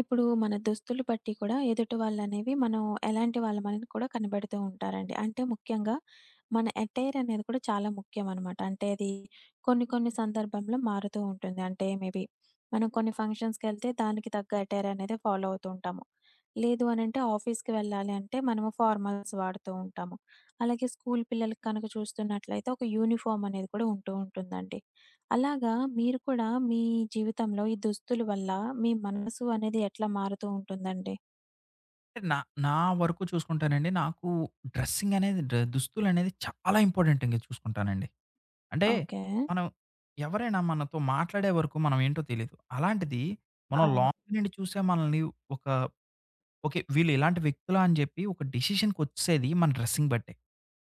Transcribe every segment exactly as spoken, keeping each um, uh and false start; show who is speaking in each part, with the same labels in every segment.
Speaker 1: ఇప్పుడు మన దుస్తులు బట్టి కూడా ఎదుటి వాళ్ళనేవి మనం ఎలాంటి వాళ్ళమనేది కూడా కనబెడుతూ ఉంటారండి. అంటే ముఖ్యంగా మన అటైర్ అనేది కూడా చాలా ముఖ్యం అనమాట. అంటే అది కొన్ని కొన్ని సందర్భంలో మారుతూ ఉంటుంది. అంటే మేబీ మనం కొన్ని ఫంక్షన్స్‌కెళ్తే దానికి తగ్గ అటైర్ అనేది ఫాలో అవుతూ ఉంటాము. లేదు అనంటే ఆఫీస్‌కి వెళ్ళాలి అంటే మనము ఫార్మల్స్ వాడుతూ ఉంటాము. అలాగే స్కూల్ పిల్లలకి కనుక చూస్తున్నట్లయితే ఒక యూనిఫార్మ్ అనేది కూడా ఉంటూ ఉంటుందండి. అలాగా మీరు కూడా మీ జీవితంలో ఈ దుస్తుల వల్ల మీ మనసు అనేది ఎట్లా మారుతూ ఉంటుందండి?
Speaker 2: అంటే నా నా వరకు చూసుకుంటానండి. నాకు డ్రెస్సింగ్ అనేది డ్ర దుస్తులనేది చాలా ఇంపార్టెంట్‌గా చూసుకుంటానండి. అంటే
Speaker 1: ఓకే.
Speaker 2: మనం ఎవరైనా మనతో మాట్లాడే వరకు మనం ఏంటో తెలీదు. అలాంటిది మనం
Speaker 1: అవును.
Speaker 2: లాంగ్ నుండి చూసే మనల్ని ఒక ఓకే. వీళ్ళు ఇలాంటి వ్యక్తులా అని చెప్పి ఒక డిసిషన్‌కొచ్చేది మన డ్రెస్సింగ్ బట్టే.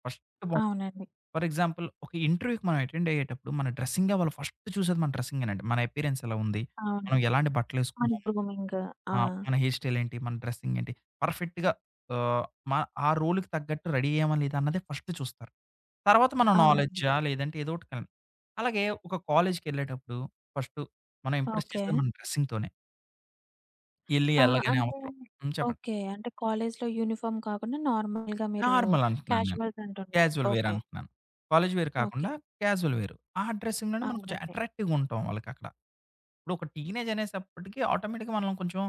Speaker 2: ఫస్ట్ బ
Speaker 1: అవునండి.
Speaker 2: ఫర్ ఎగ్జాంపుల్, ఒక ఇంటర్వ్యూకి మనం అటెండ్ అయ్యేటప్పుడు మన డ్రెస్సింగే వాళ్ళు ఫస్ట్ చూసేది మన డ్రెస్సింగేనండి. మన అపియరెన్స్ ఎలా ఉంది?
Speaker 1: అవును.
Speaker 2: మనం ఎలాంటి
Speaker 1: మన
Speaker 2: బట్టలేసుకున్నాం?
Speaker 1: గ్రూమింగ్. ఆ!
Speaker 2: ఆ! మన హెయిర్ స్టైల్ ఏంటి? మన డ్రెసింగ్ ఏంటి? పర్ఫెక్ట్‌గా ఆహ్, మ ఆ రోల్‌కి తగ్గట్టు రెడీ అయ్యామా? లేదా? అన్నదే ఫస్ట్ చూస్తారు. తర్వాత మన, అవును,
Speaker 1: అవునండి.
Speaker 2: నాలెడ్జా? లేదంటే ఏదోకటి కన్ అలాగే ఒక కాలేజ్‌కెళ్ళేటప్పుడు ఫస్ట్ మనం ఇంప్రెస్
Speaker 1: ఓకే.
Speaker 2: చేసేది మన డ్రెస్సింగ్‌తోనే. ఎళ్లి
Speaker 1: ఆ!
Speaker 2: ఎళ్ళగానే
Speaker 1: అంటే
Speaker 2: అవతల హ్మ్. చెప్పండి.
Speaker 1: ఓకే. అంటే కాలేజ్‌లో యూనిఫార్మ్ కాకుండా నార్మల్‌గా మీరు
Speaker 2: నార్మల్ అంటున్నాను నేను.
Speaker 1: క్యాజువల్స్ అంటున్నారు.
Speaker 2: Casual wear
Speaker 1: okay.
Speaker 2: అంటున్నాను. కాలేజ్ వేర్ కాకుండా
Speaker 1: ఓకే.
Speaker 2: Casual wear. ఆ డ్రెస్సింగ్‌లోనే మనం కొంచెం
Speaker 1: అవునండి.
Speaker 2: అట్రాక్టివ్‌గా ఉంటాం వాళ్ళకక్కడ. ఇప్పుడు ఒక టీనేజ్ అనేసప్పటికి ఆటోమేటిక్‌గా మనం కొంచెం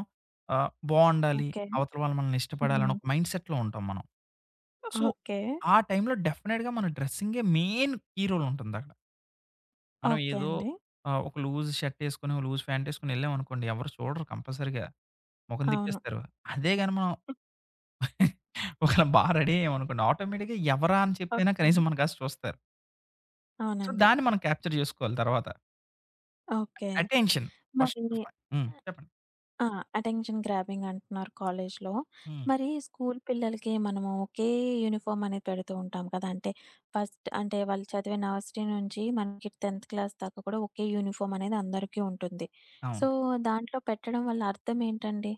Speaker 2: ఆహ్, బావుండాలి.
Speaker 1: ఓకే.
Speaker 2: అవతల వాళ్ళు మనల్ని ఇష్టపడాలని
Speaker 1: హ్మ్.
Speaker 2: ఒక మైండ్‌సెట్‌లో ఉంటాం మనం. So,
Speaker 1: okay.
Speaker 2: ఆ టైంలో డెఫినెట్‌గా మన డ్రెస్సింగే మెయిన్ కీ రోల్ ఉంటుందక్కడ. మనం
Speaker 1: ఓకే
Speaker 2: ఏదో
Speaker 1: అండి.
Speaker 2: ఆహ్, ఒక లూజ్ షర్ట్ ఏసుకొని, లూజ్ ప్యాంట్ ఏసుకొని ఎళ్ళామనుకోండి, ఎవరు చూడరు కంపల్సరీగా. మొఖం
Speaker 1: అవును.
Speaker 2: తిప్పేస్తారు. అదే గాని మనం ఒకవేళ బా రెడీ అయ్యామనుకోండి, ఆటోమేటిక్‌గా ఎవరా అని చెప్పైనా
Speaker 1: ఓకే.
Speaker 2: కనీసం మన కాసి చూస్తారు. సో,
Speaker 1: అవునండి.
Speaker 2: దాన్ని మనం క్యాప్చర్ జేసుకోవాలి తర్వాత.
Speaker 1: ఓకే.
Speaker 2: అటెన్షన్ ఫస్ట్
Speaker 1: మరి
Speaker 2: ఆఫ్ ఆల్. హ్మ్. చెప్పండి.
Speaker 1: ఆ! అటెన్షన్ గ్రాబింగ్ అంటున్నారు కాలేజీలో.
Speaker 2: హ్మ్.
Speaker 1: మరి స్కూల్ పిల్లలకి మనము ఒకే యూనిఫార్మ్ అనేది పెడుతూ ఉంటాం కదా! అంటే ఫస్ట్ అంటే వాళ్ళు చదివే నర్సరీ నుంచి మనకి పదో క్లాస్ దాకా కూడా ఒకే యూనిఫార్మ్ అనేది అందరికీ ఉంటుంది. సో,
Speaker 2: అవును.
Speaker 1: దాంట్లో పెట్టడం వల్ల అర్థం ఏంటండి?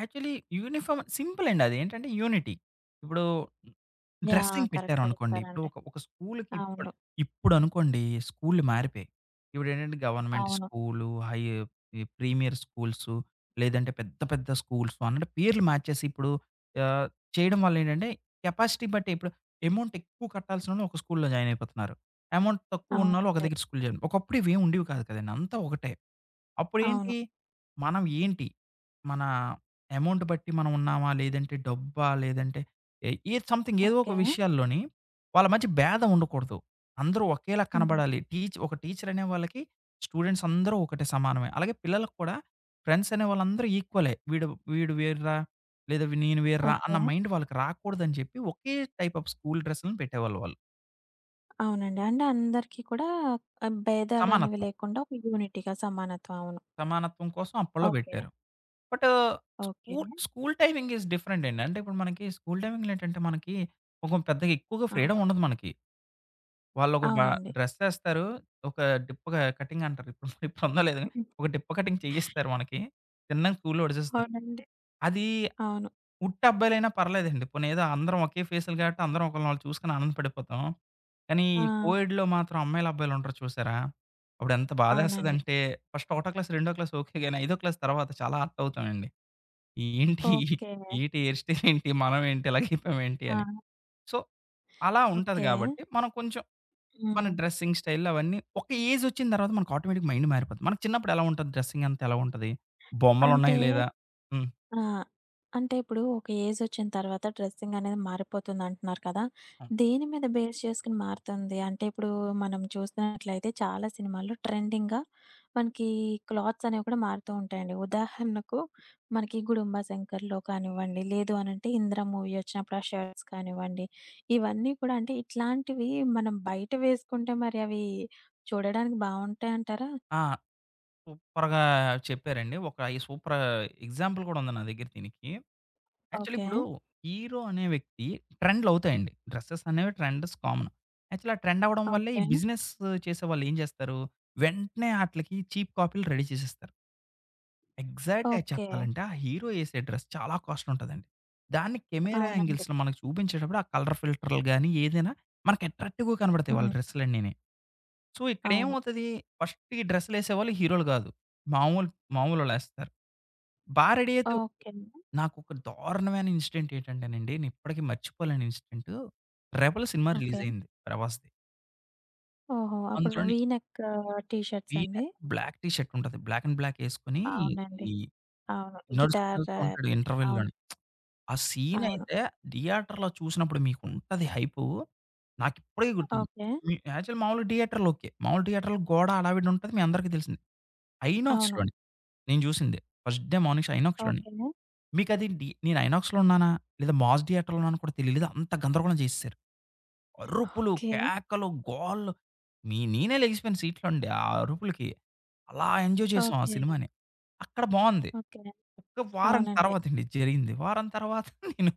Speaker 2: యాక్చువల్లీ యూనిఫార్మ్ సింపుల్ అండి. అదేంటంటే యూనిటీ. ఇప్పుడు
Speaker 1: యాహ్!
Speaker 2: డ్రెస్సింగ్
Speaker 1: కరెక్ట్‌గా
Speaker 2: పెట్టారనుకోండి. ఇప్పుడు
Speaker 1: చెప్పారండి.
Speaker 2: ఒక ఒక స్కూల్‌కి ఇప్పుడు
Speaker 1: అవును.
Speaker 2: ఇప్పుడనుకోండి, స్కూల్‌లు మారిపోయాయి. ఇప్పుడేంటంటే గవర్నమెంట్
Speaker 1: అవును.
Speaker 2: స్కూలు, హై ఈ ప్రీమియర్ స్కూల్సు, లేదంటే పెద్ద పెద్ద స్కూల్సు అన్నట్టు పేర్లు మార్చేసి ఇప్పుడు ఆహ్, చేయడం వల్లేంటంటే కెపాసిటీ బట్టి ఇప్పుడు అమౌంట్ ఎక్కువ కట్టాల్సినోళ్ళు ఒక స్కూల్‌లో జాయిన్ అయిపోతున్నారు. అమౌంట్ తక్కువ ఉన్నోళ్ళు ఒక
Speaker 1: అవునండి.
Speaker 2: దగ్గర స్కూల్ జాయిన్. ఒకప్పుడు ఇవేం ఉండేవి కాదు కదండీ! అంతా ఒకటే.
Speaker 1: అవును.
Speaker 2: అప్పుడేంటి, మనం ఏంటి? మన అమౌంట్ బట్టి మనం ఉన్నామా? లేదంటే డబ్బా? లేదంటే ఏ ఏది సంథింగ్ ఏదో ఒక
Speaker 1: ఓకే.
Speaker 2: విషయాల్లోని వాళ్ళ మధ్య భేదం ఉండకూడదు. అందరూ ఒకేలా
Speaker 1: హ్మ్.
Speaker 2: కనబడాలి. టీచ్ ఒక టీచర్ అనే వాళ్ళకి స్టూడెంట్స్ అందరూ ఒకటే సమానమే. అలాగే పిల్లలకు కూడా ఫ్రెండ్స్ అనే వాళ్ళందరూ ఈక్వలే. వీడు వీడు వేర్‌రా, లేదా వీ- నేను వేర్‌రా అన్న
Speaker 1: ఓకే.
Speaker 2: మైండ్ వాళ్ళకి రాకూడదని చెప్పి ఒకే టైప్ ఆఫ్ స్కూల్ డ్రెస్‌లను పెట్టేవాళ్ళు వాళ్ళు.
Speaker 1: అవునండి. అంటే అందరికీ కూడా ఆహ్, భేదాలు అనేవి
Speaker 2: సమానత్వం.
Speaker 1: లేకుండా ఒక యూనిటీగా సమానత్వం. అవును.
Speaker 2: సమానత్వం కోసం అప్పట్లో
Speaker 1: ఓకే.
Speaker 2: పెట్టారు. But
Speaker 1: okay.
Speaker 2: School school timing is different అండి. అంటే ఇప్పుడు మనకి స్కూల్ టైమింగ్‌లో ఏంటంటే మనకి ఒక పెద్దగా, ఎక్కువగా ఫ్రీడమ్
Speaker 1: అవును.
Speaker 2: ఉండదు మనకి. వాళ్ళొక బ
Speaker 1: అవునండి.
Speaker 2: డ్రెస్ ఏస్తారు. ఒక డిప్ప క కటింగ్ అంటారు. ఇప్పుడు ఇప్పుడుందో లేదో గాని
Speaker 1: హ్మ్.
Speaker 2: ఒక డిప్ప కటింగ్ చేయిస్తారు మనకి. తిన్నంగా స్కూల్‌లో ఒడిసేస్తారు.
Speaker 1: అవునండి.
Speaker 2: అది
Speaker 1: అవును.
Speaker 2: ఉట్టి అబ్బాయిలైనా పర్లేదండి. పోనీ ఏదో అందరం ఒకే ఫేసులు కాబట్టి అందరం ఒకళ్ళని ఒకళ్ళు చూసుకొని ఆనందపడిపోతాం. కానీ
Speaker 1: ఆ!
Speaker 2: ఈ కోఎడ్‌లో మాత్రం అమ్మాయిలు, అబ్బాయిలు ఉంటారు చూసారా? అప్పుడెంత
Speaker 1: అవునండి.
Speaker 2: బాధేస్తదంటే ఫస్ట్ ఒకటో క్లాస్, రెండో క్లాస్ ఓకే గాని, ఐదో క్లాస్ తర్వాత చాలా హర్ట్ అవుతామండి. ఏంటి?
Speaker 1: ఓకే.
Speaker 2: ఏటి హెయిర్ స్టైల్ ఏంటి? మనమేంటి ఇలాగైపోయామేంటి
Speaker 1: ఆ!
Speaker 2: అని. సో, అలా ఉంటది
Speaker 1: ఓకే.
Speaker 2: గాబట్టి, మనం కొంచెం మన
Speaker 1: హ్మ్.
Speaker 2: డ్రెస్సింగ్ స్టైల్ అవన్నీ ఒక ఏజొచ్చిన తర్వాత మనకు ఆటోమేటిక్‌గా మైండ్ మారిపోద్ది. మనకు చిన్నప్పుడు ఎలా ఉంటది? డ్రెస్సింగ్ అంతా ఎలా ఉంటది?
Speaker 1: అంటే
Speaker 2: బొమ్మలున్నాయా లేదా? హ్మ్.
Speaker 1: ఆ! అంటే ఇప్పుడు ఒక ఏజొచ్చిన తర్వాత డ్రెస్సింగ్ అనేది మారిపోతుంది అంటున్నారు కదా!
Speaker 2: అవును.
Speaker 1: దేని మీద బేస్ చేసుకొని మారుతుంది? అంటే ఇప్పుడు మనం చూస్తున్నట్లయితే చాలా సినిమాల్లో ట్రెండింగ్‌గా మనకి క్లాత్స్ అనేవి కూడా మారుతూ ఉంటాయండి. ఉదాహరణకు మనకి 'గుడుంబ శంకర్‌లో' కానివ్వండి, లేదు అనంటే 'ఇందిర' మూవీ వచ్చినప్పుడు ఆ షర్ట్స్ కానివ్వండి, ఇవన్నీ కూడా అంటే ఇట్లాంటివి మనం బయట వేసుకుంటే మరి అవి చూడడానికి బావుంటాయంటారా?
Speaker 2: ఆ! సూపర్‌గా చెప్పారండి. ఒక ఈ సూపర్ ఎగ్జాంపుల్ కూడా ఉంది నా దగ్గర దీనికి. Actually
Speaker 1: okay.
Speaker 2: ఇప్పుడు హీరో అనే వ్యక్తి ట్రెండ్‌లు అవుతాయండి. డ్రెసెస్ అనేవి ట్రెండ్స్ కామన్. యాక్చువల్లీ ఆ ట్రెండ్ అవ్వడం వల్లే ఈ
Speaker 1: ఓకే.
Speaker 2: బిజినెస్ చేసేవాళ్ళు ఏం చేస్తారు? వెంటనే ఆట్లికి చీప్ కాపీలు రెడీ చేసేస్తారు. ఎగ్జాక్ట్‌గా
Speaker 1: ఓకే.
Speaker 2: చెప్పాలంటే ఆ హీరో ఏసే డ్రెస్ చాలా కాస్ట్ ఉంటదండి. దాన్ని కెమెరా
Speaker 1: అవునండి.
Speaker 2: యాంగిల్స్‌లో మనకు చూపించేటప్పుడు ఆ కలర్ ఫిల్టర్‌లు గాని ఏదైనా మనకు అట్రాక్టివ్‌గా కనబడతాయి వాళ్ళ
Speaker 1: హ్మ్.
Speaker 2: డ్రెస్‌లన్నీని. సో, ఇక్కడ
Speaker 1: అవును.
Speaker 2: ఏమవుతది, ఫస్ట్ ఈ డ్రెస్‌లేసేవాళ్ళు హీరోలు కాదు. మామూలు మామూలోళ్ళేస్తారు. బా రెడీ అయితే
Speaker 1: ఓకే అండి.
Speaker 2: నాకొక దారుణమైన ఇన్సిడెంట్ ఏంటంటేనండి, నేను ఇప్పటికి మర్చిపోలేని ఇన్సిడెంట్. 'రెబెల్' సినిమా రిలీజ్
Speaker 1: ఓకే.
Speaker 2: అయింది ప్రభాస్‌ది.
Speaker 1: ఓహో! అప్పుడు
Speaker 2: అందులోని
Speaker 1: వి నెక్ టీ షర్ట్స్
Speaker 2: ఈయన
Speaker 1: అండి?
Speaker 2: బ్లాక్ టీ షర్ట్ ఉంటది. బ్లాక్ అండ్ బ్లాక్ ఎసుకొని
Speaker 1: అవునండి.
Speaker 2: ఈ
Speaker 1: అవును.
Speaker 2: నడుచుకుంటూ
Speaker 1: గిటార్
Speaker 2: వెళ్తూ ఉంటాడు
Speaker 1: అవును.
Speaker 2: ఇంటర్వెల్‌లోని. ఆ సీన్
Speaker 1: అవును.
Speaker 2: అయితే థియేటర్‌లో చూసినప్పుడు మీకుంటది హైపు, నాకిప్పటికి గుర్తు.
Speaker 1: ఓకే.
Speaker 2: మీ యాక్చువల్ మామూలుగా థియేటర్‌లో ఓకే. మామూలు థియేటర్‌లో గోడ హడావిడి ఉంటది. మీ అందరికీ తెలిసిందే.
Speaker 1: అవును.
Speaker 2: ఐనాక్స్‌లోని నేను చూసింది. ఫస్ట్ డే మార్నింగ్ షో ఐనాక్స్‌లోని.
Speaker 1: ఓకే.
Speaker 2: మీకది డి నేను ఐనాక్స్‌లో ఉన్నానా? లేదా మాస్ థియేటర్‌లో ఉన్నానో కూడా తెలియలేదు. అంత గందరగోళం చేసేసారు. అరుపులు,
Speaker 1: ఓకే.
Speaker 2: కేకలు, గోలలు, మీ నేనే లెగిసిపోయాను సీట్‌లో నుండి ఆ అరుపులకి. అలా ఎంజాయ్ చేసాం ఆ
Speaker 1: ఓకే.
Speaker 2: సినిమాని. అక్కడ బావుంది.
Speaker 1: ఓకే.
Speaker 2: ఒక్క వారం
Speaker 1: అవునండి.
Speaker 2: తర్వాతండి జరిగింది. వారం తర్వాత నేను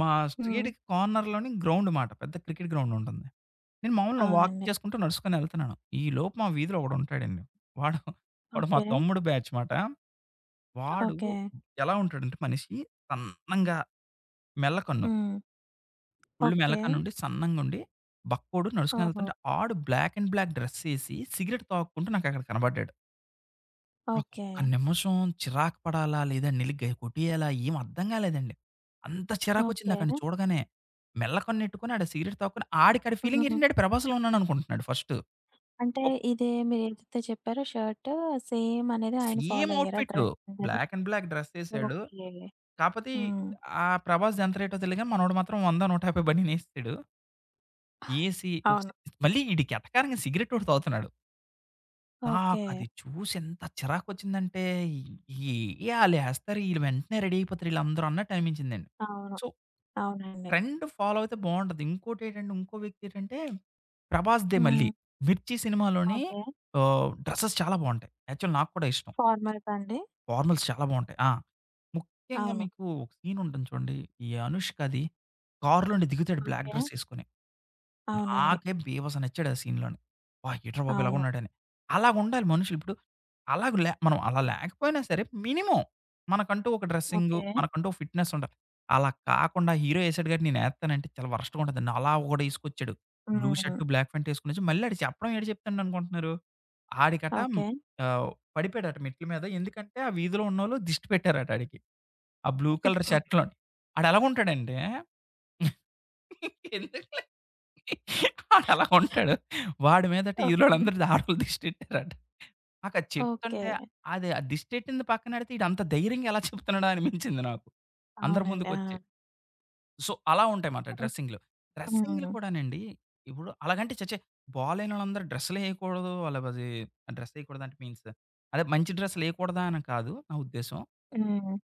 Speaker 2: మా
Speaker 1: హ్మ్.
Speaker 2: స్ట్రీట్‌కి కార్నర్‌లోని గ్రౌండ్ మాట. పెద్ద క్రికెట్ గ్రౌండ్ ఉంటుంది. నేను మామూలు నా వాక్
Speaker 1: అవునండి.
Speaker 2: చేసుకుంటూ నడుచుకొని ఎళ్తున్నాను. ఈలోపు మా వీధిలో ఒకడుంటాడండి. వాడు వాడు మా
Speaker 1: ఓకే.
Speaker 2: తమ్ముడు బ్యాచ్ మాట. వాడు
Speaker 1: ఓకే.
Speaker 2: ఎలా ఉంటాడంటే మనిషి సన్నంగా, మెల్ల కన్ను.
Speaker 1: హ్మ్.
Speaker 2: Full
Speaker 1: okay.
Speaker 2: మెల్లకనుండి, సన్నంగుండి, బక్కోడు
Speaker 1: ఓహో!
Speaker 2: నడుచుకునెళ్తుంటే ఆడు బ్లాక్ అండ్ బ్లాక్ డ్రెస్సేసి సిగరెట్ తాగుకుంటూ నాకక్కడ కనబడ్డాడు.
Speaker 1: ఓకే.
Speaker 2: నాకొక్క నిమిషం చిరాకు పడాలా? లేదా నెళ్ళి గ కొట్టేయాలా? ఏం అర్థం కాలేదండి. అంత చిరాకొచ్చింది
Speaker 1: ఓకే.
Speaker 2: నాకాడిని చూడగానే. మెల్లకన్నెట్టుకొని ఆడు సిగరెట్ తాగుకొని ఆడికాడి ఫీలింగ్
Speaker 1: హ్మ్.
Speaker 2: ఏంటంటే, ఆడు 'ప్రభాస్‌లో' ఉన్నాడనుకుంటున్నాడు ఫస్ట్.
Speaker 1: అంటే
Speaker 2: ఒక్
Speaker 1: ఇదే మీరేదైతే చెప్పారో షర్ట్ సేమ్ అనేది ఆయన
Speaker 2: సేమ్
Speaker 1: ఫాలో అయ్యారా
Speaker 2: ఔట్‌ఫిట్
Speaker 1: ట్రెండ్ అది?
Speaker 2: బ్లాక్ అండ్ బ్లాక్ డ్రెస్సేసాడు.
Speaker 1: ఓకే.
Speaker 2: కాపోతే
Speaker 1: హ్మ్.
Speaker 2: ఆ 'ప్రభాస్‌ది' ఎంత రేటో తెలీదు గాని మనోడు మాత్రం వంద, నూట యాభై బనీనేసేసాడు. ఏసి ఒక సి
Speaker 1: అవును.
Speaker 2: మళ్ళీ ఈడు ఎటకారంగా సిగరెటోటి తాగుతున్నాడు.
Speaker 1: ఓకే.
Speaker 2: నాకది చూసి ఎంత చిరాకొచ్చిందంటే, ఈ ఈ- ఏ ఆళ్ళేస్తారు, ఈళ్ళు వెంటనే రెడీ అయిపోతారు ఈళ్ళందరూ అన్నట్టు అనిపించిందండి.
Speaker 1: అవును.
Speaker 2: సో,
Speaker 1: అవునండి.
Speaker 2: ట్రెండ్ ఫాలో అయితే బావుంటది. ఇంకోటేటంటే, ఇంకో వ్యక్తి ఏంటంటే 'ప్రభాస్‌దే' మళ్ళీ.
Speaker 1: హ్మ్.
Speaker 2: 'మిర్చి' సినిమాలోని
Speaker 1: ఓకే.
Speaker 2: ఆహ్, డ్రెసెస్ చాలా బావుంటాయి. యాక్చువల్ నాకు కూడా ఇష్టం.
Speaker 1: ఫార్మల్సా అండి?
Speaker 2: ఫార్మల్స్ చాలా బావుంటాయి. ఆ! ముఖ్యంగా
Speaker 1: అవును.
Speaker 2: మీకు ఒక సీన్ ఉంటుంది చూడండి. ఈ 'అనుష్క'ది. కారులో నుండి దిగుతాడు బ్లాక్
Speaker 1: ఓకే.
Speaker 2: డ్రెస్ ఏసుకొని.
Speaker 1: అవునండి.
Speaker 2: నాకే బీభత్సంగా నచ్చాడు ఆ సీన్‌లోని. అబ్బా! ఏంట్రా బాబు
Speaker 1: అవును.
Speaker 2: ఇలాగున్నాడని. అలాగుండాలి మనుషులు. ఇప్పుడు అలాగ లే, మనం అలా లేకపోయినా సరే మినిమమ్ మనకంటూ ఒక డ్రెస్సింగు,
Speaker 1: ఓకే.
Speaker 2: మనకంటూ ఒక ఫిట్‌నెస్ ఉండాలి. అలా కాకుండా హీరో ఏసాడు కాబట్టి నేనేత్తానంటే చాలా వరస్ట్‌గా ఉంటదండి. అలా ఒకడేసుకొచ్చాడు. బ్లూ
Speaker 1: హ్మ్.
Speaker 2: షర్ట్, బ్లాక్ ప్యాంట్ ఏసుకొనొచ్చి మళ్ళీ ఆడు చెప్పడం ఏటి చెప్తాడు అనుకుంటున్నారు? ఆడికట
Speaker 1: ఓకే.
Speaker 2: ఆహ్, పడిపోయాడట మెట్ల మీద. ఎందుకంటే ఆ వీధిలో ఉన్నోళ్ళు దిష్టి పెట్టారట ఆడికి. ఆ బ్లూ కలర్ షర్ట్‌లోని. ఆడెలాగుంటాడంటే ఎందుకులే ఆడలా ఉంటాడు. వాడి మీదట
Speaker 1: ఓకే.
Speaker 2: ఈళ్ళోళ్ళందరూ ఆడోళ్ళు దిష్టెట్టారట. నాకది
Speaker 1: ఓకే.
Speaker 2: చెప్తుంటే అది, ఆ దిష్టెట్టింది పక్కనెడితే ఈడంత ధైర్యంగా ఎలా చెప్తున్నాడా అనిపించింది నాకు. అందరి
Speaker 1: అవునండి.
Speaker 2: ముందుకొచ్చి.
Speaker 1: ఆ!
Speaker 2: సో, అలా ఉంటాయమాట
Speaker 1: ఓహ్!
Speaker 2: డ్రెస్సింగ్‌లు. డ్రెస్సింగ్‌లు
Speaker 1: హ్మ్.
Speaker 2: కూడానండి, ఇప్పుడు అలాగంటే ఛఛే! బాలేనోళ్ళందరూ డ్రెస్సులేయకూడదు. వాళ్ళకది డ్రెస్సేయకూడదంటే మీన్స్, అదే మంచి డ్రెస్సులేయకూడదా అని కాదు నా ఉద్దేశ్యం.
Speaker 1: హ్మ్.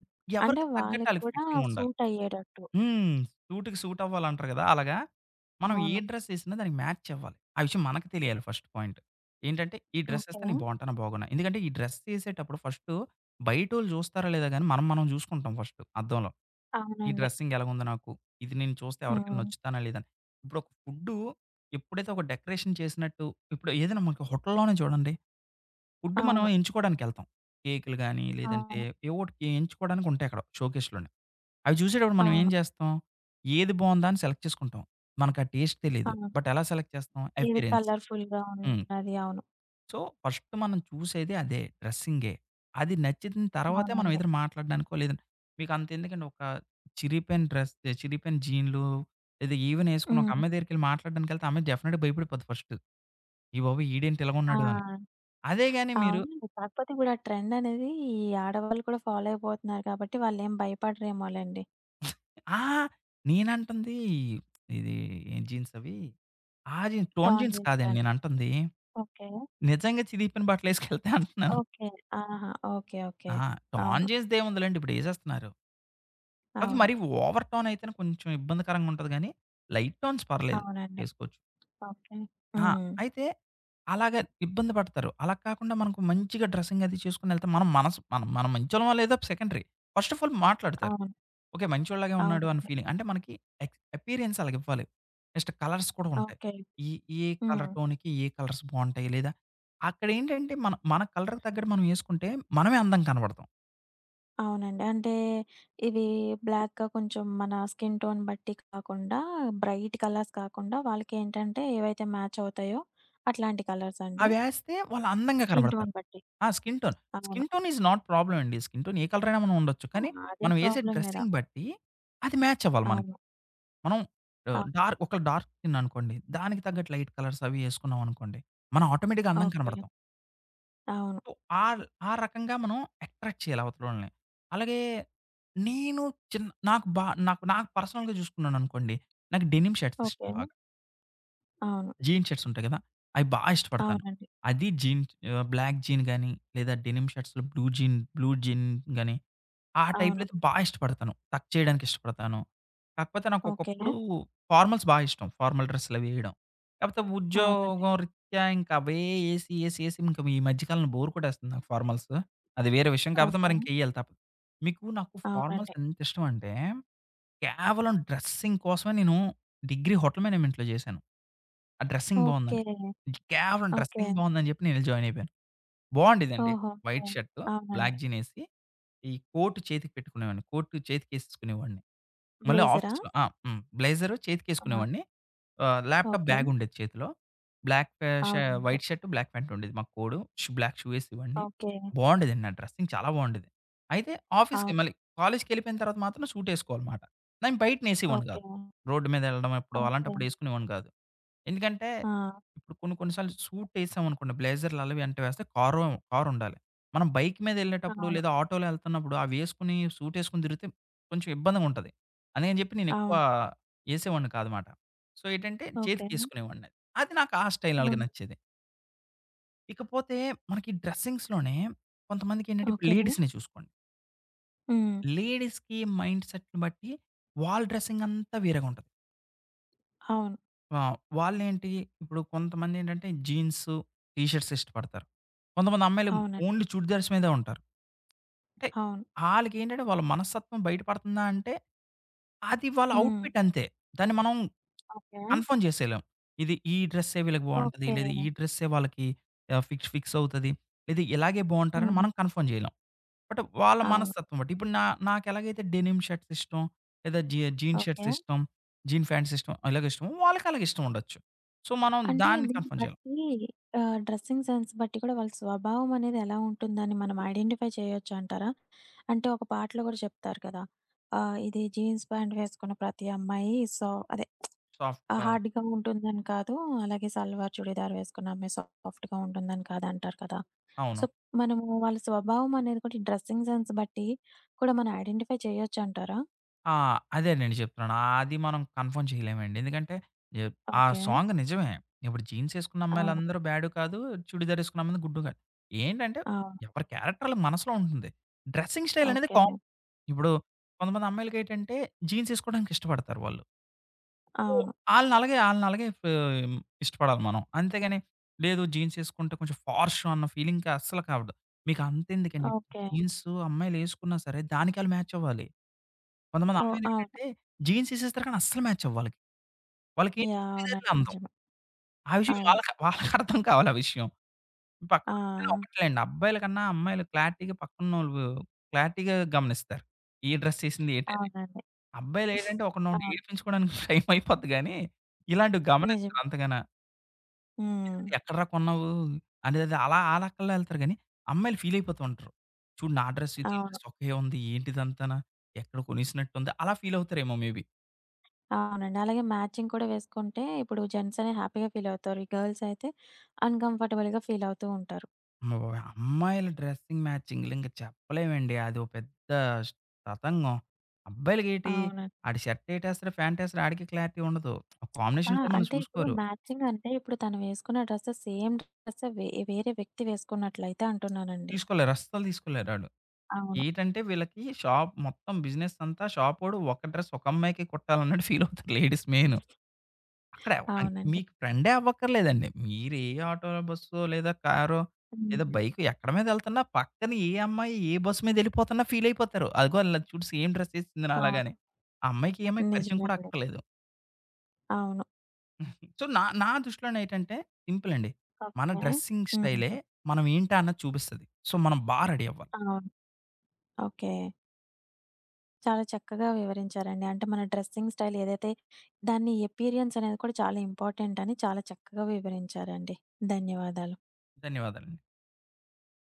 Speaker 1: అంటే
Speaker 2: ఎవరికి తగ్గట్టు
Speaker 1: వాళ్ళకి
Speaker 2: ఆళ్ళకి
Speaker 1: కూడా
Speaker 2: ఫిట్టింగుండాలి.
Speaker 1: సూట్ అయ్యేటట్టు.
Speaker 2: హ్మ్. సూట్‌కి సూట్ అవ్వాలంటారు గదా! అలాగా మనం ఏ
Speaker 1: అవును.
Speaker 2: డ్రెస్ ఏసినా దానికి మ్యాచ్ అవ్వాలి. ఆ విషయం మనకు తెలియాలి ఫస్ట్ పాయింట్. ఏంటంటే ఈ డ్రెస్ ఏస్తే
Speaker 1: ఓకే.
Speaker 2: నేను బాగుంటానా? బాగోనా? ఎందుకంటే ఈ డ్రెస్ ఏసేటప్పుడు ఫస్టు బయటోళ్ళు చూస్తారో లేదో గానీ మనం మనం జూసుకుంటాం ఫస్టు అద్దంలో. ఈ
Speaker 1: అవునండి.
Speaker 2: డ్రెస్సింగ్ ఎలాగుంది నాకు? ఇది నేను చూస్తే ఎవరికైనా
Speaker 1: హ్మ్.
Speaker 2: నచ్చుతానా? లేదా అని. ఇప్పుడొక ఫుడ్డు ఎప్పుడైతే ఒక డెకరేషన్ చేసినట్టు ఇప్పుడు ఏదైనా మనకి హోటల్‌లోనే చూడండి. ఫుడ్ మనం
Speaker 1: అవును.
Speaker 2: ఎంచుకోవడానికెళ్తాం. కేకులు గాని లేదంటే
Speaker 1: అవును.
Speaker 2: ఏవోటికి ఎంచుకోవడానికి ఉంటాయి అక్కడ షోకేస్‌లోని. అవి చూసేటప్పుడు మనం ఏం
Speaker 1: అవును.
Speaker 2: చేస్తాం? ఏది బావుందా అని సెలెక్ట్ చేసుకుంటాం. మనకు ఆ టేస్ట్ తెలీదు.
Speaker 1: అవును.
Speaker 2: బట్ ఎలా సెలెక్ట్ చేస్తాం?
Speaker 1: ఇది
Speaker 2: అపియరెన్స్.
Speaker 1: కలర్‌ఫుల్‌గా
Speaker 2: హ్మ్.
Speaker 1: ఉన్నది. అవును.
Speaker 2: సో, ఫస్ట్ మనం చూసేదే అదే డ్రెస్సింగే. అది నచ్చిన తర్వాతే మనం
Speaker 1: అవునండి.
Speaker 2: ఏదైనా మాట్లాడడానికో లేదంటే మీకు అంతెందుకండి, ఒక చిరిగిపోయిన డ్రెస్, చిరిగిపోయిన జీన్‌లు లేదా ఈవెన్ ఏసుకొని ఒక
Speaker 1: హ్మ్.
Speaker 2: అమ్మాయి దగ్గరికెళ్ళి మాట్లాడడానికెళ్తే ఆ అమ్మాయి డెఫినెట్‌గా భయపడిపోద్ది ఫస్ట్. "అయ్య బాబోయ్! ఈడేంటి
Speaker 1: ఆ!
Speaker 2: ఇలాగున్నాడు" అని. అదే గాని మీరు
Speaker 1: అవునండి. కాకపోతే ఇప్పుడు ఆ ట్రెండ్ అనేది ఈ ఆడవాళ్ళు కూడా ఫాలో అయిపోతున్నారు కాబట్టి వాళ్ళేం భయపడరేమోలెండి.
Speaker 2: ఆ! నేనంటుంది ఇది, ఏం జీన్స్ అవి? ఆ జీన్స్ టోన్
Speaker 1: టాన్
Speaker 2: జీన్స్ కాదండి
Speaker 1: జేయడానికి.
Speaker 2: నేనంటుంది.
Speaker 1: ఓకే.
Speaker 2: నిజంగా చిరిగిపోయిన బట్టలేసుకెళ్తే అంటున్నాను.
Speaker 1: ఓకే. ఆహా! ఓకే. ఓకే.
Speaker 2: అహా! టోన్
Speaker 1: అవును.
Speaker 2: చేసిదేముందిలెండి, ఇప్పుడేసేస్తున్నారు. కాపోతే
Speaker 1: అవును.
Speaker 2: మరీ ఓవర్ టోన్ అయితేనే కొంచెం ఇబ్బందికరంగా ఉంటది గానీ, లైట్ టోన్స్ పర్లేదు
Speaker 1: అవునండి.
Speaker 2: ఏసుకోవచ్చు.
Speaker 1: ఓకే.
Speaker 2: ఆ!
Speaker 1: హ్మ్.
Speaker 2: అయితే అలాగా ఇబ్బంది పడతారు. అలా కాకుండా మనకు మంచిగా డ్రెసింగ్ అది చేసుకొనెళ్తే మనం మనసు మనం మనం మంచోళ్ళమో లేదో సెకండరీ. ఫస్ట్ ఆఫ్ ఆల్ మాట్లాడతారు.
Speaker 1: అవును.
Speaker 2: ఓకే. మంచోడిలాగే ఉన్నాడు అన్న
Speaker 1: అవునండి.
Speaker 2: ఫీలింగ్. అంటే మనకి ఎక్స్ అపియరెన్స్ అలాగివ్వాలి. నెక్స్ట్ కలర్స్ కూడా ఉంటాయి.
Speaker 1: ఓకే.
Speaker 2: ఈ ఏ కలర్
Speaker 1: హ్మ్.
Speaker 2: టోన్‌కి ఏ కలర్స్ బావుంటాయి. లేదా అక్కడేంటంటే మన మన కలర్‌కి తగ్గట్టు మనం యేసుకుంటే మనమే అందంగా కనబడతాం.
Speaker 1: అవునండి. అంటే ఇవి బ్లాక్‌గా కొంచెం మన స్కిన్ టోన్ బట్టి కాకుండా బ్రైట్ కలర్స్ కాకుండా వాళ్ళకేంటంటే ఏవైతే మ్యాచ్ అవుతాయో అట్లాంటి కలర్సండి?
Speaker 2: అవేస్తే వాళ్ళు అందంగా
Speaker 1: స్కిన్
Speaker 2: కనబడతారు.
Speaker 1: టోన్ బట్టి.
Speaker 2: ఆ! Skin tone.
Speaker 1: అవును.
Speaker 2: Skin tone is not problem అండి. స్కిన్ టోన్ ఏ కలర్ అయినా మనం ఉండొచ్చు.
Speaker 1: ఆ!
Speaker 2: కానీ
Speaker 1: అదేం
Speaker 2: మనం యేసే
Speaker 1: ప్రాబ్లమ్ లేదు.
Speaker 2: డ్రెస్సింగ్ బట్టి అది మ్యాచ్ అవ్వాలి మనకి.
Speaker 1: అవును.
Speaker 2: మనం ఆహ్,
Speaker 1: అవును.
Speaker 2: డార్క్ ఒకళ్ళు డార్క్ స్కిన్ అనుకోండి. దానికి తగ్గట్టు లైట్ కలర్స్ అవి యేసుకున్నాం అనుకోండి. మనం ఆటోమేటిక్‌గా అందంగా
Speaker 1: ఓకే.
Speaker 2: కనబడతాం.
Speaker 1: అవును.
Speaker 2: సో, ఆల్ ఆ రకంగా మనం అట్రాక్ట్ చేయాలి అవతలోళ్ళని. అలాగే నేను చిన్ నాకు బా నాకు నాకు పర్సనల్‌గా చూసుకున్నాననుకోండి, నాకు డెనిమ్ షర్ట్స్
Speaker 1: ఓకే.
Speaker 2: ఇష్టం బాగా.
Speaker 1: అవును.
Speaker 2: జీన్ షర్ట్స్ ఉంటాయి కదా! అయి బా ఇష్టపడతాను.
Speaker 1: అవునండి.
Speaker 2: అది జీన్ ఆహ్, బ్లాక్ జీన్ గాని, లేదా డెనిమ్ షర్ట్స్‌లో బ్లూ జీన్ బ్లూ జీన్ గాని, ఆ టైప్‌లో
Speaker 1: అవును.
Speaker 2: అయితే బా ఇష్టపడతాను. టక్ చేయడానికి ఇష్టపడతాను. కాకపోతే నాకు
Speaker 1: ఓకే.
Speaker 2: ఒకప్పుడు ఫార్మల్స్ బా ఇష్టం. ఫార్మల్ డ్రెస్సులవి ఎయడం. కాపోతే
Speaker 1: అవునండి.
Speaker 2: ఉద్యోగం రీత్యా ఇంక అవే ఏసి, ఏసి, ఏసి ఇంక ఈ మధ్య కాలంలో బోర్ కొట్టేస్తుంది నాకు ఫార్మల్స్. అది వేరే విషయం. కాపోతే
Speaker 1: ఓకే.
Speaker 2: మరింకేయాలి తప్పదు. మీకు నాకు ఫార్మల్స్
Speaker 1: అవునండి.
Speaker 2: ఎంత ఇష్టం అంటే కేవలం డ్రెస్సింగ్ కోసమే నేను డిగ్రీ హోటల్ మేనేజ్‌మెంట్‌లో జేశాను. ఆ డ్రెస్సింగ్
Speaker 1: ఓకే.
Speaker 2: బావుందని. కేవలం
Speaker 1: ఓకే.
Speaker 2: డ్రెస్సింగ్ బావుందని జెప్పి నేనెళ్లి జాయిన్ అయిపోయాను. బావుండేదండి.
Speaker 1: ఓహో! ఓకే.
Speaker 2: వైట్ షర్టు, బ్లాక్
Speaker 1: అవునండి.
Speaker 2: జీన్ ఏసి, ఈ కోట్ చేతికి పెట్టుకునేవాడిని. కోట్ చేతికేసేసుకునేవాడిని. మళ్ళీ
Speaker 1: బ్లేజరా?
Speaker 2: ఆఫీస్‌లో ఆ! హ్మ్. బ్లేజరు
Speaker 1: ఆ!
Speaker 2: చేతికేసుకునేవాడిని. ఆహ్, ల్యాప్‌టాప్
Speaker 1: ఓకే.
Speaker 2: బ్యాగుండేది చేతిలో. బ్లాక్ ష
Speaker 1: అవునండి.
Speaker 2: వైట్ షర్ట్, బ్లాక్ ప్యాంట్ ఉండేది. మా కోడు, షూ బ్లాక్ షూ ఏసేవాడిని.
Speaker 1: ఓకే.
Speaker 2: బావుండేదండి, నా డ్రెస్సింగ్ చాలా బావుండేది. అయితే ఆఫీస్‌కి
Speaker 1: అవును.
Speaker 2: మళ్ళీ కాలేజ్‌కెళ్ళిపోయిన తర్వాత మాత్రం సూటేసుకోవాలమాట. నేను బయటనేసేవాడిని
Speaker 1: ఓకే.
Speaker 2: కాదు. రోడ్డు మీద ఎళ్ళడం, ఎప్పుడో
Speaker 1: ఓకే.
Speaker 2: అలాంటప్పుడు ఏసుకునేవాడిని కాదు. ఎందుకంటే,
Speaker 1: ఆ!
Speaker 2: ఇప్పుడు కొన్ని కొన్ని సార్లు సూటేసామనుకోండి బ్లేజర్లు అలవి అంటే వేస్తే కారు, కారుండాలి. మనం బైక్ మీదెళ్ళేటప్పుడు
Speaker 1: అవును.
Speaker 2: లేదా ఆటోలో ఎళ్తున్నప్పుడు అవేసుకొని సూటేసుకొని తిరిగితే కొంచెం ఇబ్బందిగుంటది. అందుకని చెప్పి నేనెక్కువ
Speaker 1: అవును.
Speaker 2: ఏసేవాడిని కాదమాట. సో, ఏంటంటే
Speaker 1: ఓకే.
Speaker 2: చేతికేసుకునేవాడినది. అది అది నాకు ఆ స్టైల్ అలాగే
Speaker 1: హ్మ్.
Speaker 2: నచ్చేది. ఇకపోతే మనకి డ్రెస్సింగ్స్‌లోనే కొంతమందికేంటంటే ఇప్పుడు
Speaker 1: ఓకే.
Speaker 2: లేడీస్‌ని చూసుకోండి.
Speaker 1: హ్మ్.
Speaker 2: లేడీస్‌కి మైండ్ సెట్‌ని బట్టి వాళ్ళ డ్రెస్సింగ్ అంతా వేరేగా ఉంటది.
Speaker 1: అవును.
Speaker 2: ఆ! వాళ్ళేంటి, ఇప్పుడు కొంతమందేంటంటే జీన్స్, టీ షర్ట్స్ ఇష్టపడతారు. కొంతమంది అమ్మాయిలు
Speaker 1: అవునండి.
Speaker 2: ఓన్లీ చుడిదార్స్ మీదే ఉంటారు. అంటే
Speaker 1: అవును.
Speaker 2: ఆళ్ళకేంటంటే వాళ్ళ మనస్తత్వం బయట పడుతుందా అంటే, అది వాళ్ళ
Speaker 1: హ్మ్.
Speaker 2: ఔట్‌ఫిట్ అంతే. దాన్ని మనం
Speaker 1: ఓకే.
Speaker 2: కన్ఫర్మ్ చేసేయలేం. ఇది, ఈ డ్రెస్సే వీళ్ళకి బావుంటది.
Speaker 1: ఓకే.
Speaker 2: లేదా ఈ డ్రెస్సే వాళ్ళకి ఆహ్, ఫిక్స్ ఫిక్స్ అవుతది. లేదా ఇలాగే బావుంటారని
Speaker 1: హ్మ్.
Speaker 2: మనం కన్ఫర్మ్ చేయలేం. బట్ వాళ్ళ
Speaker 1: అవును.
Speaker 2: మనస్తత్వం బట్టి. ఇప్పుడు నా నాకెలాగైతే డెనిమ్ షర్ట్స్ ఇష్టం. లేదా జీ జీన్స్
Speaker 1: ఓకే.
Speaker 2: షర్ట్స్ ఇష్టం. జీన్ ప్యాంట్స్ ఇష్టం. ఇలాగ ఇష్టమో వాళ్ళకి అలాగ ఇష్టం ఉండొచ్చు. సో, మనం
Speaker 1: అంటే
Speaker 2: దాన్ని
Speaker 1: దీన్ని
Speaker 2: కన్ఫర్మ్ చేయాలి.
Speaker 1: బట్టి ఆహ్, డ్రెసింగ్ సెన్స్ బట్టి కూడా వాళ్ళ స్వభావం అనేది ఎలా ఉంటుందని మనం ఐడెంటిఫై చేయొచ్చు అంటారా? అంటే ఒక పాటలో గూడా చెప్తారు కదా! ఆహ్, ఇది జీన్స్ ప్యాంట్ వేసుకున్న ప్రతి అమ్మాయి సో, అదే
Speaker 2: సాఫ్ట్ కాదు.
Speaker 1: హార్డ్‌గా ఉంటుందని కాదు. అలాగే సల్వార్ చుడీదార్ వేసుకున్న అమ్మాయి సాఫ్ట్‌గా ఉంటుందని కాదు అంటారు కదా!
Speaker 2: అవును.
Speaker 1: సో, మనము వాళ్ళ స్వభావం అనేది కూడా డ్రెస్సింగ్ సెన్స్ బట్టి కూడా మనం ఐడెంటిఫై చేయొచ్చు అంటారా?
Speaker 2: ఆ! అదే నేను చెప్తున్నాను. అది మనం కన్ఫర్మ్ చేయలేమండి. ఎందుకంటే ఎ ఆ
Speaker 1: ఓకే.
Speaker 2: సాంగ్ నిజమే. ఇప్పుడు జీన్స్ ఏసుకున్న
Speaker 1: అవును.
Speaker 2: అమ్మాయిలందరూ బ్యాడు కాదు. చుడిదార్ ఏసుకున్న అమ్మాయిలు గుడ్డు కాదు. ఏంటంటే
Speaker 1: అవును.
Speaker 2: ఎవరి క్యారెక్టర్ ఆళ్ళ మనసులో ఉంటుంది. డ్రెస్సింగ్ స్టైల్ అనేది
Speaker 1: ఓకే.
Speaker 2: కామన్. ఇప్పుడు కొంతమంది అమ్మాయిలకేంటంటే జీన్స్ ఏసుకోవడానికి ఇష్టపడతారు వాళ్ళు. సో,
Speaker 1: అవును.
Speaker 2: ఆళ్ళని అలాగే ఆళ్ళని అలాగే ఫ్ ఇష్టపడాలి మనం. అంతేగాని లేదు, జీన్స్ ఏసుకుంటే కొంచెం ఫార్ష్ అన్న ఫీలింగ్‌కి అస్సలు కావద్దు. మీకు అంతెందుకండి,
Speaker 1: ఓకే.
Speaker 2: జీన్స్ అమ్మాయిలు ఏసుకున్నా సరే దానికి ఆళ్ళు మ్యాచ్ అవ్వాలి. కొంతమంది
Speaker 1: ఓహ్! అవును.
Speaker 2: అమ్మాయిలేంటంటే జీన్స్ ఏసేస్తారు కానీ అస్సలు మ్యాచ్ అవ్వు వాళ్ళకి. వాళ్ళకేంటి
Speaker 1: యాహ్!
Speaker 2: చూడీదార్‌లే
Speaker 1: అవునండి.
Speaker 2: అందం.
Speaker 1: నిజమే.
Speaker 2: ఆ విషయం
Speaker 1: అవును.
Speaker 2: వాళ్ళకి వాళ్ళకి అర్థం కావాలి ఆ విషయం.
Speaker 1: ఆ!
Speaker 2: పక్కన కానీ ఒకటిలేండి, అబ్బాయిల కన్నా అమ్మాయిలు క్లారిటీగా పక్కనోళ్ళు క్లారిటీగా గమనిస్తారు. ఏ డ్రెస్ ఏసింది ఏంటని.
Speaker 1: అవునండి.
Speaker 2: అబ్బాయిలేంటంటే ఒకడినొకడు
Speaker 1: అవును.
Speaker 2: ఏడిపించుకోవడానికి టైం అయిపోద్ది గానీ, ఇలాంటివి
Speaker 1: నిజం.
Speaker 2: గమనించరు అంతగాన.
Speaker 1: హ్మ్.
Speaker 2: ఇదేంటి ఎక్కడ్రా కొన్నావు అనేది అది అలా ఆ లెక్కల్లో ఎళ్తారు గానీ, అమ్మాయిలు ఫీల్ అయిపోతూ ఉంటారు. చూడు, నా డ్రెస్సు, దీని
Speaker 1: అవును.
Speaker 2: డ్రెస్సు ఒకే ఉంది ఏంటిదంతాన? ఎక్కడ కొనేసినట్టుంది? అలా ఫీల్ అవుతారేమో మే బీ.
Speaker 1: అవునండి. అలాగే మ్యాచింగ్ కూడా వేసుకుంటే ఇప్పుడు జెంట్స్ అనే హ్యాపీగా ఫీల్ అవుతారు. ఈ గర్ల్స్ అయితే అన్‌కంఫర్టబుల్‌గా ఫీల్ అవుతూ ఉంటారు.
Speaker 2: ఓహ్! అమ్మాయిల డ్రెస్సింగ్ మ్యాచింగ్‌లు ఇంక చెప్పలేమండి. అదో పెద్ద స్ తతంగం. అబ్బాయిలకేటి
Speaker 1: అవునండి.
Speaker 2: ఆడు షర్ట్ ఏటేస్తాడు, ప్యాంట్ ఏస్తాడు ఆడికి క్లారిటీ ఉండదు. ఆ
Speaker 1: ఆ!
Speaker 2: కాంబినేషన్ కూడా మనం
Speaker 1: అంటే ఇప్పుడు
Speaker 2: చూసుకోరు.
Speaker 1: మ్యాచింగ్ అంటే ఇప్పుడు తను వేసుకున్న డ్రెస్ సేమ్ డ్రెస్ వే వేరే వ్యక్తి వేసుకున్నట్లయితే అంటున్నానండి.
Speaker 2: తీసుకోలేరు, అస్సలు తీసుకోలేరు ఆడు.
Speaker 1: అవును.
Speaker 2: ఏటంటే వీళ్ళకి షాప్ మొత్తం బిజినెస్ అంతా షాపోడు ఒక డ్రెస్ ఒక అమ్మాయికే కుట్టాలన్నట్టు ఫీల్ అవుతారు లేడీస్ మెయిను. అక్కడ ఎవ- అం
Speaker 1: అవునండి.
Speaker 2: మీకు ఫ్రెండే అవ్వక్కర్లేదండి. మీరు ఏ ఆటోలో, బస్సో లేదా కారో లేదా
Speaker 1: హ్మ్.
Speaker 2: బైకో ఎక్కడి మీదెళ్తున్నా పక్కన ఏ అమ్మాయి ఏ బస్సు మీదెళ్ళిపోతున్నా ఫీలయిపోతారు. అదిగో ఆళ్ళ చూడు, సేమ్ డ్రెస్సేసింది
Speaker 1: అవును.
Speaker 2: నాలాగాని. ఆ అమ్మాయికి ఈ అమ్మాయికి పరిచయం
Speaker 1: నిజమే
Speaker 2: కూడా
Speaker 1: అండి.
Speaker 2: అక్కర్లేదు.
Speaker 1: అవును.
Speaker 2: సో, నా నా దృష్టిలోనేటంటే సింపులండి. మన
Speaker 1: ఓకే.
Speaker 2: డ్రెస్సింగ్ స్టైలే
Speaker 1: హ్మ్.
Speaker 2: మనం ఏంటా అన్నది చూపిస్తది. సో, మనం బా రెడీ అవ్వాలి.
Speaker 1: అవును. ఓకే. చాలా చక్కగా వివరించారండి. అంటే మన డ్రెస్సింగ్ స్టైల్ ఏదైతే దాని అపియరెన్స్ అనేది కూడా చాలా ఇంపార్టెంట్ అని చాలా చక్కగా వివరించారండి. ధన్యవాదాలు.
Speaker 2: ధన్యవాదాలండి.